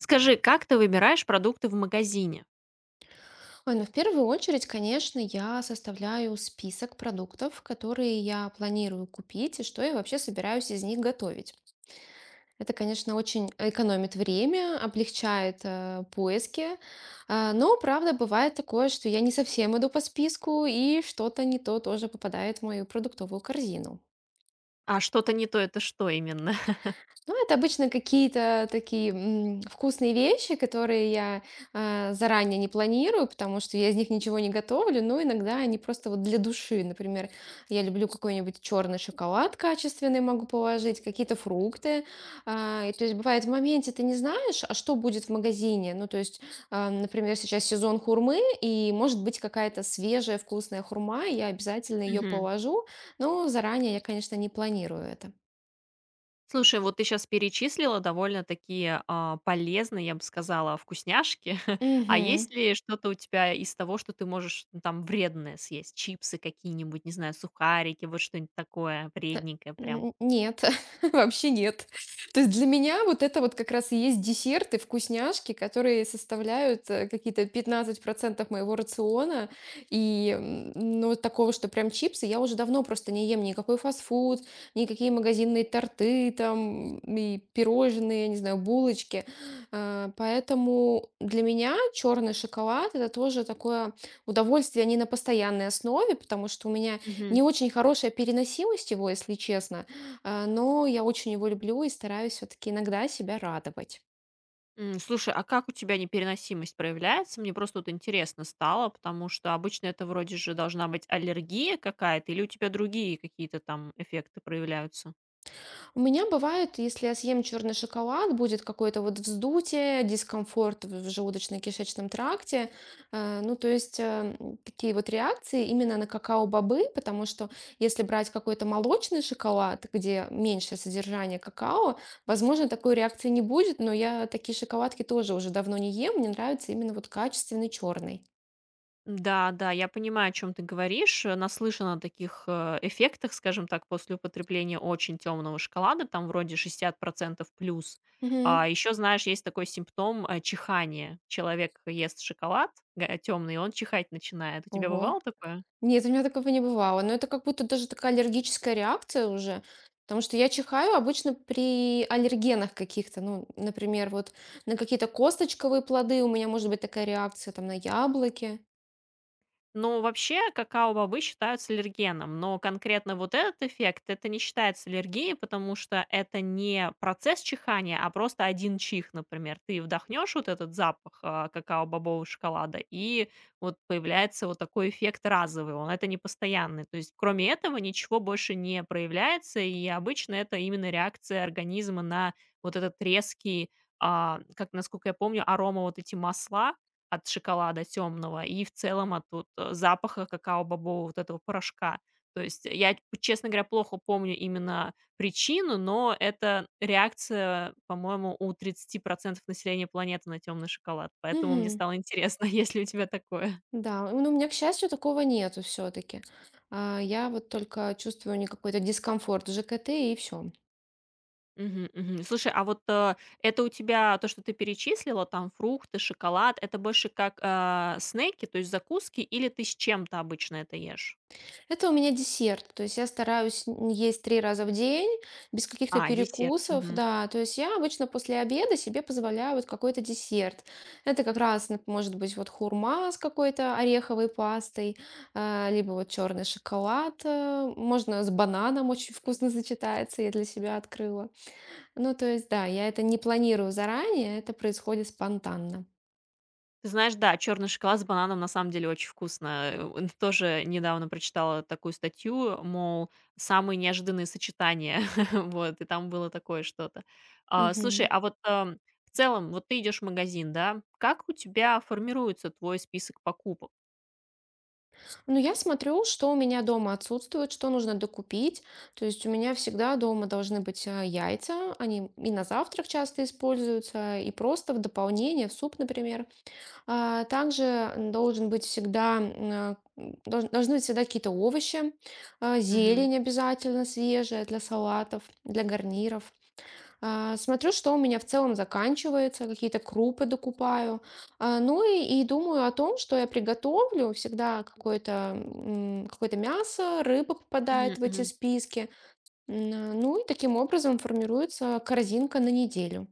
Скажи, как ты выбираешь продукты в магазине? Ой, ну в первую очередь, конечно, я составляю список продуктов, которые я планирую купить и что я вообще собираюсь из них готовить. Это, конечно, очень экономит время, облегчает поиски. Но, правда, бывает такое, что я не совсем иду по списку и что-то не то тоже попадает в мою продуктовую корзину. А что-то не то- это что именно? Ну, это обычно какие-то такие вкусные вещи, которые я заранее не планирую, потому что я из них ничего не готовлю, но иногда они просто вот для души. Например, я люблю какой-нибудь черный шоколад качественный, могу положить, какие-то фрукты. И то есть бывает в моменте ты не знаешь, а что будет в магазине. Ну, то есть, например, сейчас сезон хурмы, и может быть какая-то свежая вкусная хурма, и я обязательно ее Мгм. положу, но заранее я, конечно, не планирую это. Слушай, вот ты сейчас перечислила довольно такие, полезные, я бы сказала, вкусняшки. А Мгм. есть ли что-то у тебя из того, что ты можешь, ну, там вредное съесть? Чипсы какие-нибудь, не знаю, сухарики, вот что-нибудь такое Э, вредненькое прям? н нет, вообще нет. То есть для меня вот это вот как раз и есть десерты, вкусняшки, которые составляют, какие-то 15% моего рациона. И, ну, вот такого, что прям чипсы, я уже давно просто не ем никакой фастфуд, никакие магазинные торты там и пирожные, не знаю, булочки. Поэтому для меня черный шоколад - это тоже такое удовольствие, а не на постоянной основе, потому что у меня не очень хорошая переносимость его, если честно, но я очень его люблю и стараюсь все-таки иногда себя радовать. М, слушай, а как у тебя непереносимость проявляется? Мне просто вот интересно стало, потому что обычно это вроде же должна быть аллергия какая-то, или у тебя другие какие-то там эффекты проявляются? У меня бывает, если я съем черный шоколад, будет какое-то вот вздутие, дискомфорт в желудочно-кишечном тракте. Ну, то есть такие вот реакции именно на какао-бобы, потому что если брать какой-то молочный шоколад, где меньше содержание какао, возможно, такой реакции не будет, но я такие шоколадки тоже уже давно не ем, мне нравится именно вот качественный черный. Да, да, я понимаю, о чем ты говоришь. Наслышана о таких эффектах, скажем так, после употребления очень темного шоколада, там вроде 60% плюс. Мгм. А еще, знаешь, есть такой симптом чихания. Человек ест шоколад темный, он чихать начинает. У тебя Ого. бывало такое? Нет, у меня такого не бывало. Но это как будто даже такая аллергическая реакция уже. Потому что я чихаю обычно при аллергенах каких-то. Ну, например, вот на какие-то косточковые плоды у меня может быть такая реакция, там, на яблоки. Ну, вообще, какао-бобы считаются аллергеном, но конкретно вот этот эффект, это не считается аллергией, потому что это не процесс чихания, а просто один чих, например. Ты вдохнешь вот этот запах какао-бобового шоколада, и вот появляется вот такой эффект разовый, он это не постоянный. То есть, кроме этого, ничего больше не проявляется, и обычно это именно реакция организма на вот этот резкий, как, насколько я помню, арома вот эти масла, от шоколада темного и в целом от вот, запаха какао-бобового вот этого порошка. То есть я, честно говоря, плохо помню именно причину, но это реакция, по-моему, у 30% населения планеты на темный шоколад. Поэтому мне Мгм. стало интересно, есть ли у тебя такое. Да, ну, у меня, к счастью, такого нету все-таки. Я вот только чувствую не какой-то дискомфорт в ЖКТ, и все. Мгм, мгм. Слушай, а вот, это у тебя то, что ты перечислила, там фрукты, шоколад, это больше как, снеки, то есть закуски, или ты с чем-то обычно это ешь? Это у меня десерт. То есть я стараюсь есть три раза в день, без А, каких-то десерт. перекусов, да. То есть я обычно после обеда себе позволяю вот какой-то десерт. Это как раз может быть вот хурма с какой-то ореховой пастой, либо вот черный шоколад. Можно с бананом, очень вкусно сочетается, я для себя открыла. Ну, то есть, да, я это не планирую заранее, это происходит спонтанно. Ты знаешь, да, черный шоколад с бананом на самом деле очень вкусно. Э, н тоже недавно прочитала такую статью, мол, самые неожиданные сочетания. Вот, и там было такое что-то. А, слушай, Мгм. а вот, в целом, вот ты идешь в магазин, да? Как у тебя формируется твой список покупок? Ну, я смотрю, что у меня дома отсутствует, что нужно докупить. То есть у меня всегда дома должны быть яйца. Они и на завтрак часто используются, и просто в дополнение, в суп, например. А также должен быть всегда, м, э, м, долж- должны быть всегда какие-то овощи, Мгм. зелень обязательно свежая для салатов, для гарниров. Смотрю, что у меня в целом заканчивается, какие-то крупы докупаю. Ну и думаю о том, что я приготовлю. Всегда какое-то мясо, рыба Мгм, попадает в эти мгм. списки. Ну и таким образом формируется корзинка на неделю.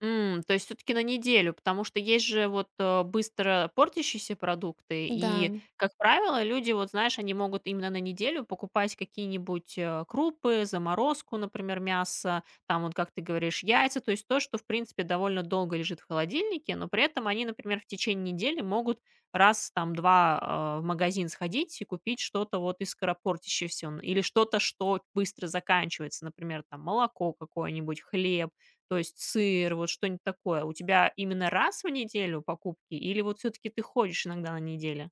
М, то есть все таки на неделю, потому что есть же вот, быстро портящиеся продукты, и, Да. как правило, люди, вот знаешь, они могут именно на неделю покупать какие-нибудь, крупы, заморозку, например, мясо, там вот, как ты говоришь, яйца, то есть то, что, в принципе, довольно долго лежит в холодильнике, но при этом они, например, в течение недели могут раз, там, 2 в магазин сходить и купить что-то вот из скоропортящегося, н или что-то, что быстро заканчивается, например, там молоко какое-нибудь, хлеб. То есть сыр, вот что-нибудь такое. У тебя именно раз в неделю покупки или вот все таки ты ходишь иногда на неделе?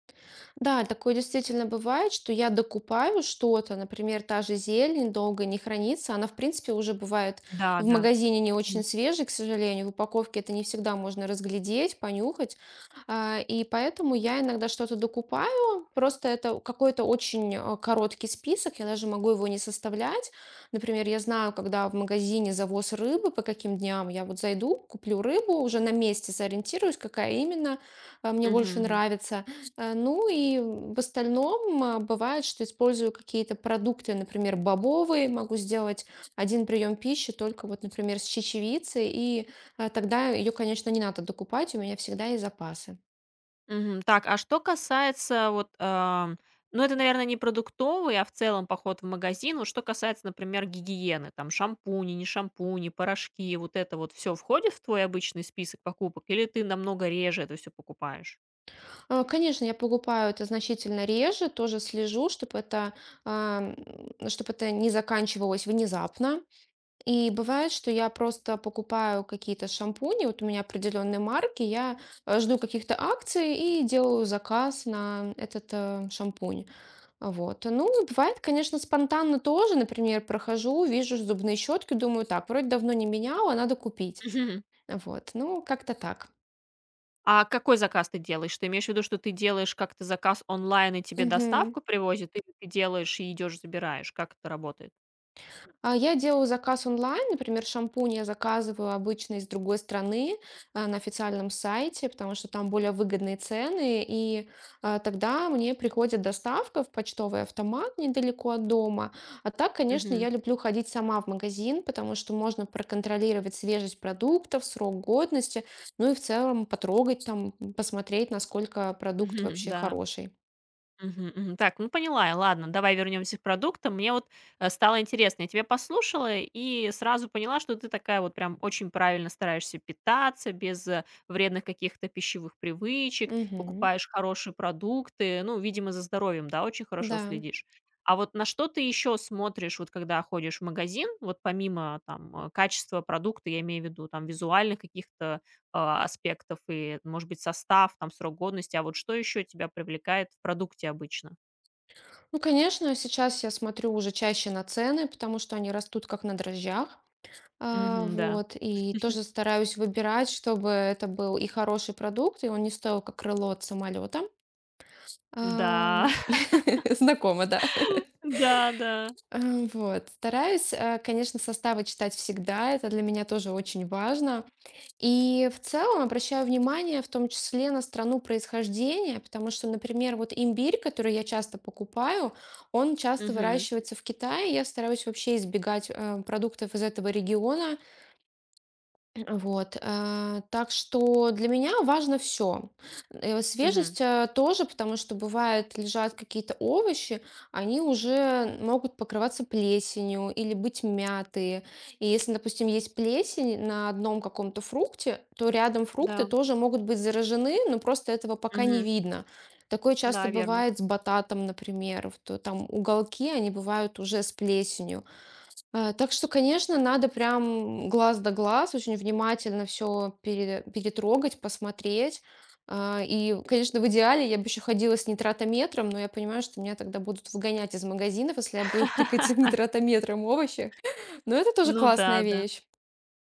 Да, такое действительно бывает, что я докупаю что-то, например, та же зелень долго не хранится, она, в принципе, уже бывает Да, в да. магазине не очень Мгм. свежей, к сожалению, в упаковке это не всегда можно разглядеть, понюхать. И поэтому я иногда что-то докупаю, просто это какой-то очень короткий список, я даже могу его не составлять, например, я знаю, когда в магазине завоз рыбы, по каким дням я вот зайду, куплю рыбу, уже на месте сориентируюсь, какая именно мне Мгм, больше мгм. нравится. Ну и в остальном бывает, что использую какие-то продукты, например, бобовые, могу сделать один прием пищи только вот, например, с чечевицей, и тогда ее, конечно, не надо докупать, у меня всегда есть запасы. Мгм. Так, а что касается вот, ну, это, наверное, не продуктовый, а в целом поход в магазин. Вот что касается, например, гигиены, там шампуни, не шампуни, порошки, вот это вот все входит в твой обычный список покупок или ты намного реже это все покупаешь? Конечно, я покупаю это значительно реже, тоже слежу, чтобы это не заканчивалось внезапно. И бывает, что я просто покупаю какие-то шампуни, вот у меня определенные марки, я жду каких-то акций и делаю заказ на этот шампунь. Вот. Ну, и бывает, конечно, спонтанно тоже, например, прохожу, вижу зубные щетки, думаю, так, вроде давно не меняла, надо купить. Вот. Ну, как-то так. А какой заказ ты делаешь? Ты имеешь в виду, что ты делаешь как-то заказ онлайн и тебе Мгм. доставку привозят, или ты делаешь и идешь забираешь? Как это работает? Я делаю заказ онлайн. Например, шампунь я заказываю обычно из другой страны, на официальном сайте, потому что там более выгодные цены. И тогда мне приходит доставка в почтовый автомат недалеко от дома. А так, конечно, Мгм. я люблю ходить сама в магазин, потому что можно проконтролировать свежесть продуктов, срок годности, ну и в целом потрогать там, посмотреть, насколько продукт Мгм. вообще Да. хороший. Мгм, мгм. Так, ну поняла я. Ладно, давай вернемся к продуктам. Мне вот стало интересно, я тебя послушала и сразу поняла, что ты такая вот прям очень правильно стараешься питаться, без вредных каких-то пищевых привычек, Мгм. покупаешь хорошие продукты, ну, видимо, за здоровьем, да, очень хорошо Да. следишь. А вот на что ты еще смотришь, вот когда ходишь в магазин, вот помимо там качества продукта, я имею в виду там визуальных каких-то аспектов и, может быть, состав, там, срок годности. А вот что еще тебя привлекает в продукте обычно? Ну, конечно, сейчас я смотрю уже чаще на цены, потому что они растут как на дрожжах. Мгм, да. Вот, и тоже стараюсь выбирать, чтобы это был и хороший продукт, и он не стоил как крыло от самолета. Да, Ам, Знакомо, да? да, да. Вот. Стараюсь, конечно, составы читать всегда. Это для меня тоже очень важно. И в целом обращаю внимание в том числе на страну происхождения, потому что, например, вот имбирь, который я часто покупаю, он часто Мгм, выращивается в Китае. Я стараюсь вообще избегать продуктов из этого региона, вот, так что для меня важно все - мгм. свежесть, тоже, потому что бывает, лежат какие-то овощи, они уже могут покрываться плесенью или быть мятые. И если, допустим, есть плесень на одном каком-то фрукте, то рядом фрукты Да. тоже могут быть заражены, но просто этого пока не Мгм. видно. Такое часто Да, верно. бывает с бататом, например, вот, там уголки, они бывают уже с плесенью. Так что, конечно, надо прям глаз да глаз, очень внимательно все перетрогать, посмотреть. И, конечно, в идеале я бы еще ходила с нитратометром, но я понимаю, что меня тогда будут выгонять из магазинов, если я буду тыкать нитратометром овощи. Но это тоже Ну да, классная да. вещь.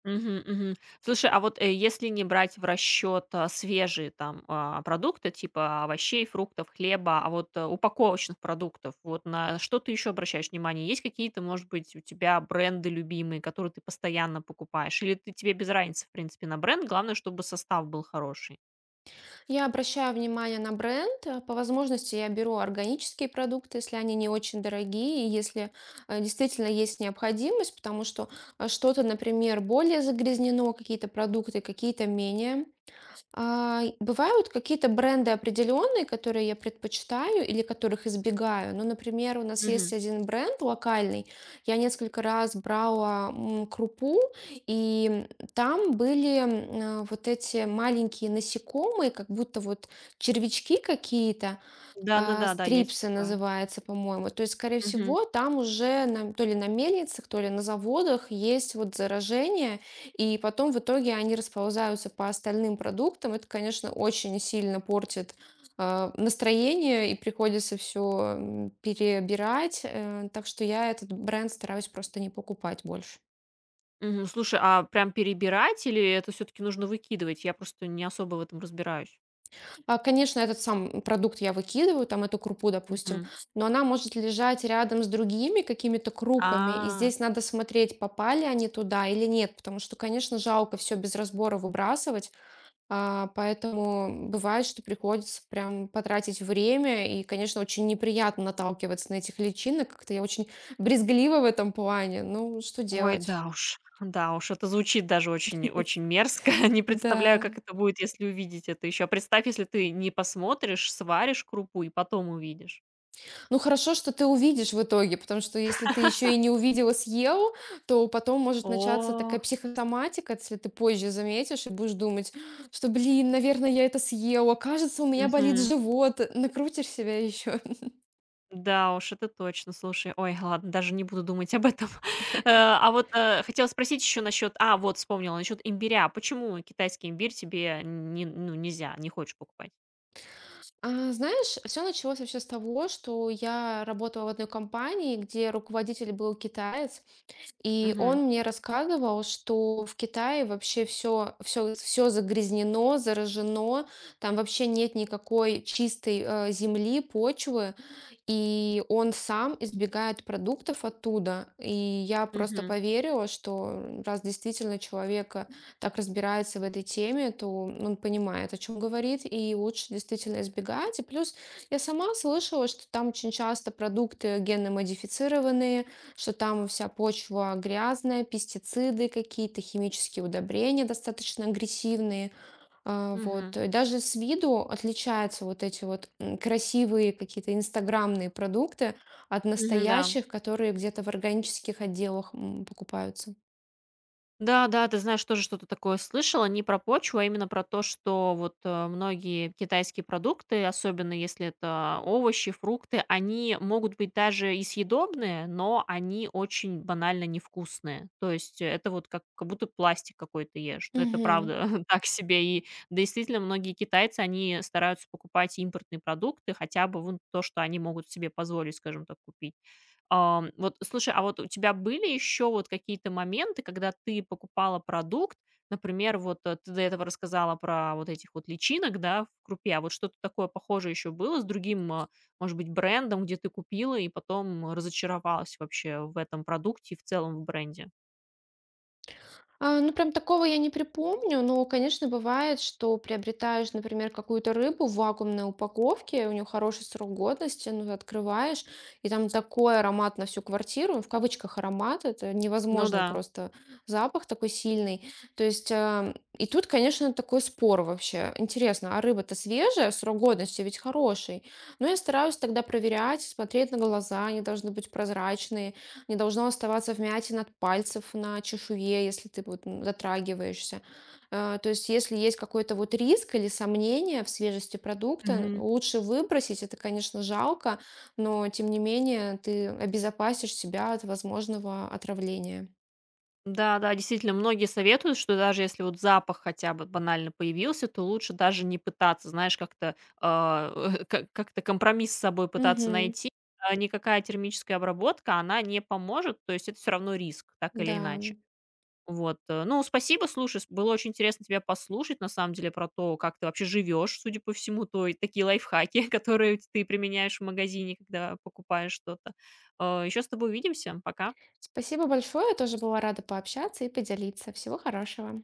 Мгм, мгм. Слушай, а вот, если не брать в расчет, свежие там, продукты типа овощей, фруктов, хлеба, а вот, упаковочных продуктов, вот на что ты еще обращаешь внимание? Есть какие-то, может быть, у тебя бренды любимые, которые ты постоянно покупаешь? Или ты тебе без разницы, в принципе, на бренд, главное, чтобы состав был хороший? Я обращаю внимание на бренд. По возможности я беру органические продукты, если они не очень дорогие, и если действительно есть необходимость, потому что что-то, например, более загрязнено, какие-то продукты, какие-то менее. Бывают какие-то бренды определенные, которые я предпочитаю или которых избегаю. Ну, например, у нас Мгм. есть один бренд локальный. Я несколько раз брала крупу, и там были вот эти маленькие насекомые, как будто вот червячки какие-то, Да-да-да, да, да, да, есть стрипсы такое. называется, по-моему. То есть, скорее Мгм. всего, там уже то ли на мельницах, то ли на заводах есть вот заражение, и потом в итоге они расползаются по остальным продуктам. Это, конечно, очень сильно портит настроение, и приходится все перебирать. Так что я этот бренд стараюсь просто не покупать больше. Мгм. Слушай, а прям перебирать или это все-таки нужно выкидывать? Я просто не особо в этом разбираюсь. Конечно, этот сам продукт я выкидываю, там эту крупу, допустим, Мгм. но она может лежать рядом с другими какими-то крупами, и А. здесь надо смотреть, попали они туда или нет, потому что, конечно, жалко все без разбора выбрасывать, поэтому бывает, что приходится прям потратить время, и, конечно, очень неприятно наталкиваться на этих личинок, как-то я очень брезглива в этом плане, ну, что Ой, делать? Да уж, это звучит даже очень очень мерзко. Не представляю, Да. как это будет, если увидеть это еще. А представь, если ты не посмотришь, сваришь крупу и потом увидишь. Ну, хорошо, что ты увидишь в итоге, потому что если ты еще и не увидел и съел, то потом может начаться О, такая психосоматика, если ты позже заметишь и будешь думать, что, блин, наверное, я это съела, кажется, у меня болит мгм. живот, накрутишь себя еще. Да уж, это точно. Слушай, ой, ладно, даже не буду думать об этом. А вот, хотела спросить еще насчет вот вспомнила, насчет имбиря. Почему китайский имбирь тебе не ну, нельзя, не хочешь покупать? Знаешь, все началось вообще с того, что я работала в одной компании, где руководитель был китаец. И Мгм, он мне рассказывал, что в Китае вообще все, все, все загрязнено, заражено, там вообще нет никакой чистой земли, почвы, и он сам избегает продуктов оттуда. И я просто мгм, поверила, что раз действительно человек так разбирается в этой теме, то он понимает, о чем говорит, и лучше действительно избегать. И плюс я сама слышала, что там очень часто продукты генно модифицированные, что там вся почва грязная, пестициды какие-то, химические удобрения достаточно агрессивные. Мгм, Вот. И даже с виду отличаются вот эти вот красивые какие-то инстаграмные продукты от да. настоящих, которые где-то в органических отделах покупаются. Да-да, ты знаешь, тоже что-то такое слышала. Не про почву, а именно про то, что вот, многие китайские продукты, особенно если это овощи, фрукты, они могут быть даже и съедобные, но они очень банально невкусные. То есть это вот как будто пластик какой-то ешь. Это Мгм. правда так себе. И действительно, многие китайцы, они стараются покупать импортные продукты, хотя бы вон то, что они могут себе позволить, скажем так, купить. Ам, вот слушай, а вот у тебя были еще вот какие-то моменты, когда ты покупала продукт? Например, вот, ты до этого рассказала про вот этих вот личинок, да, в крупе. А вот что-то такое похожее еще было с другим, может быть, брендом, где ты купила и потом разочаровалась вообще в этом продукте и в целом в бренде? Ну, прям такого я не припомню, но, конечно, бывает, что приобретаешь, например, какую-то рыбу в вакуумной упаковке, у нее хороший срок годности, ну, ты открываешь, и там такой аромат на всю квартиру, в кавычках аромат, это Ну невозможно да. просто, запах такой сильный. То есть, и тут, конечно, такой спор вообще. Интересно, а рыба-то свежая, срок годности ведь хороший? Но я стараюсь тогда проверять, смотреть на глаза, они должны быть прозрачные, не должно оставаться вмятин от пальцев на чешуе, если ты вот затрагиваешься. То есть, если есть какой-то вот риск или сомнение в свежести продукта, лучше выбросить. Это, конечно, жалко, но тем не менее ты обезопасишь себя от возможного отравления. Да, да, действительно, многие советуют, что даже если вот запах хотя бы банально появился, то лучше даже не пытаться, знаешь, как-то как-то компромисс с собой пытаться Мгм. найти. А никакая термическая обработка, она не поможет, то есть это все равно риск, так Да. или иначе. Вот. Ну, спасибо, слушай, было очень интересно тебя послушать, на самом деле, про то, как ты вообще живешь, судя по всему, то и такие лайфхаки, которые ты применяешь в магазине, когда покупаешь что-то. Еще с тобой увидимся, пока. Спасибо большое. Я тоже была рада пообщаться и поделиться. Всего хорошего.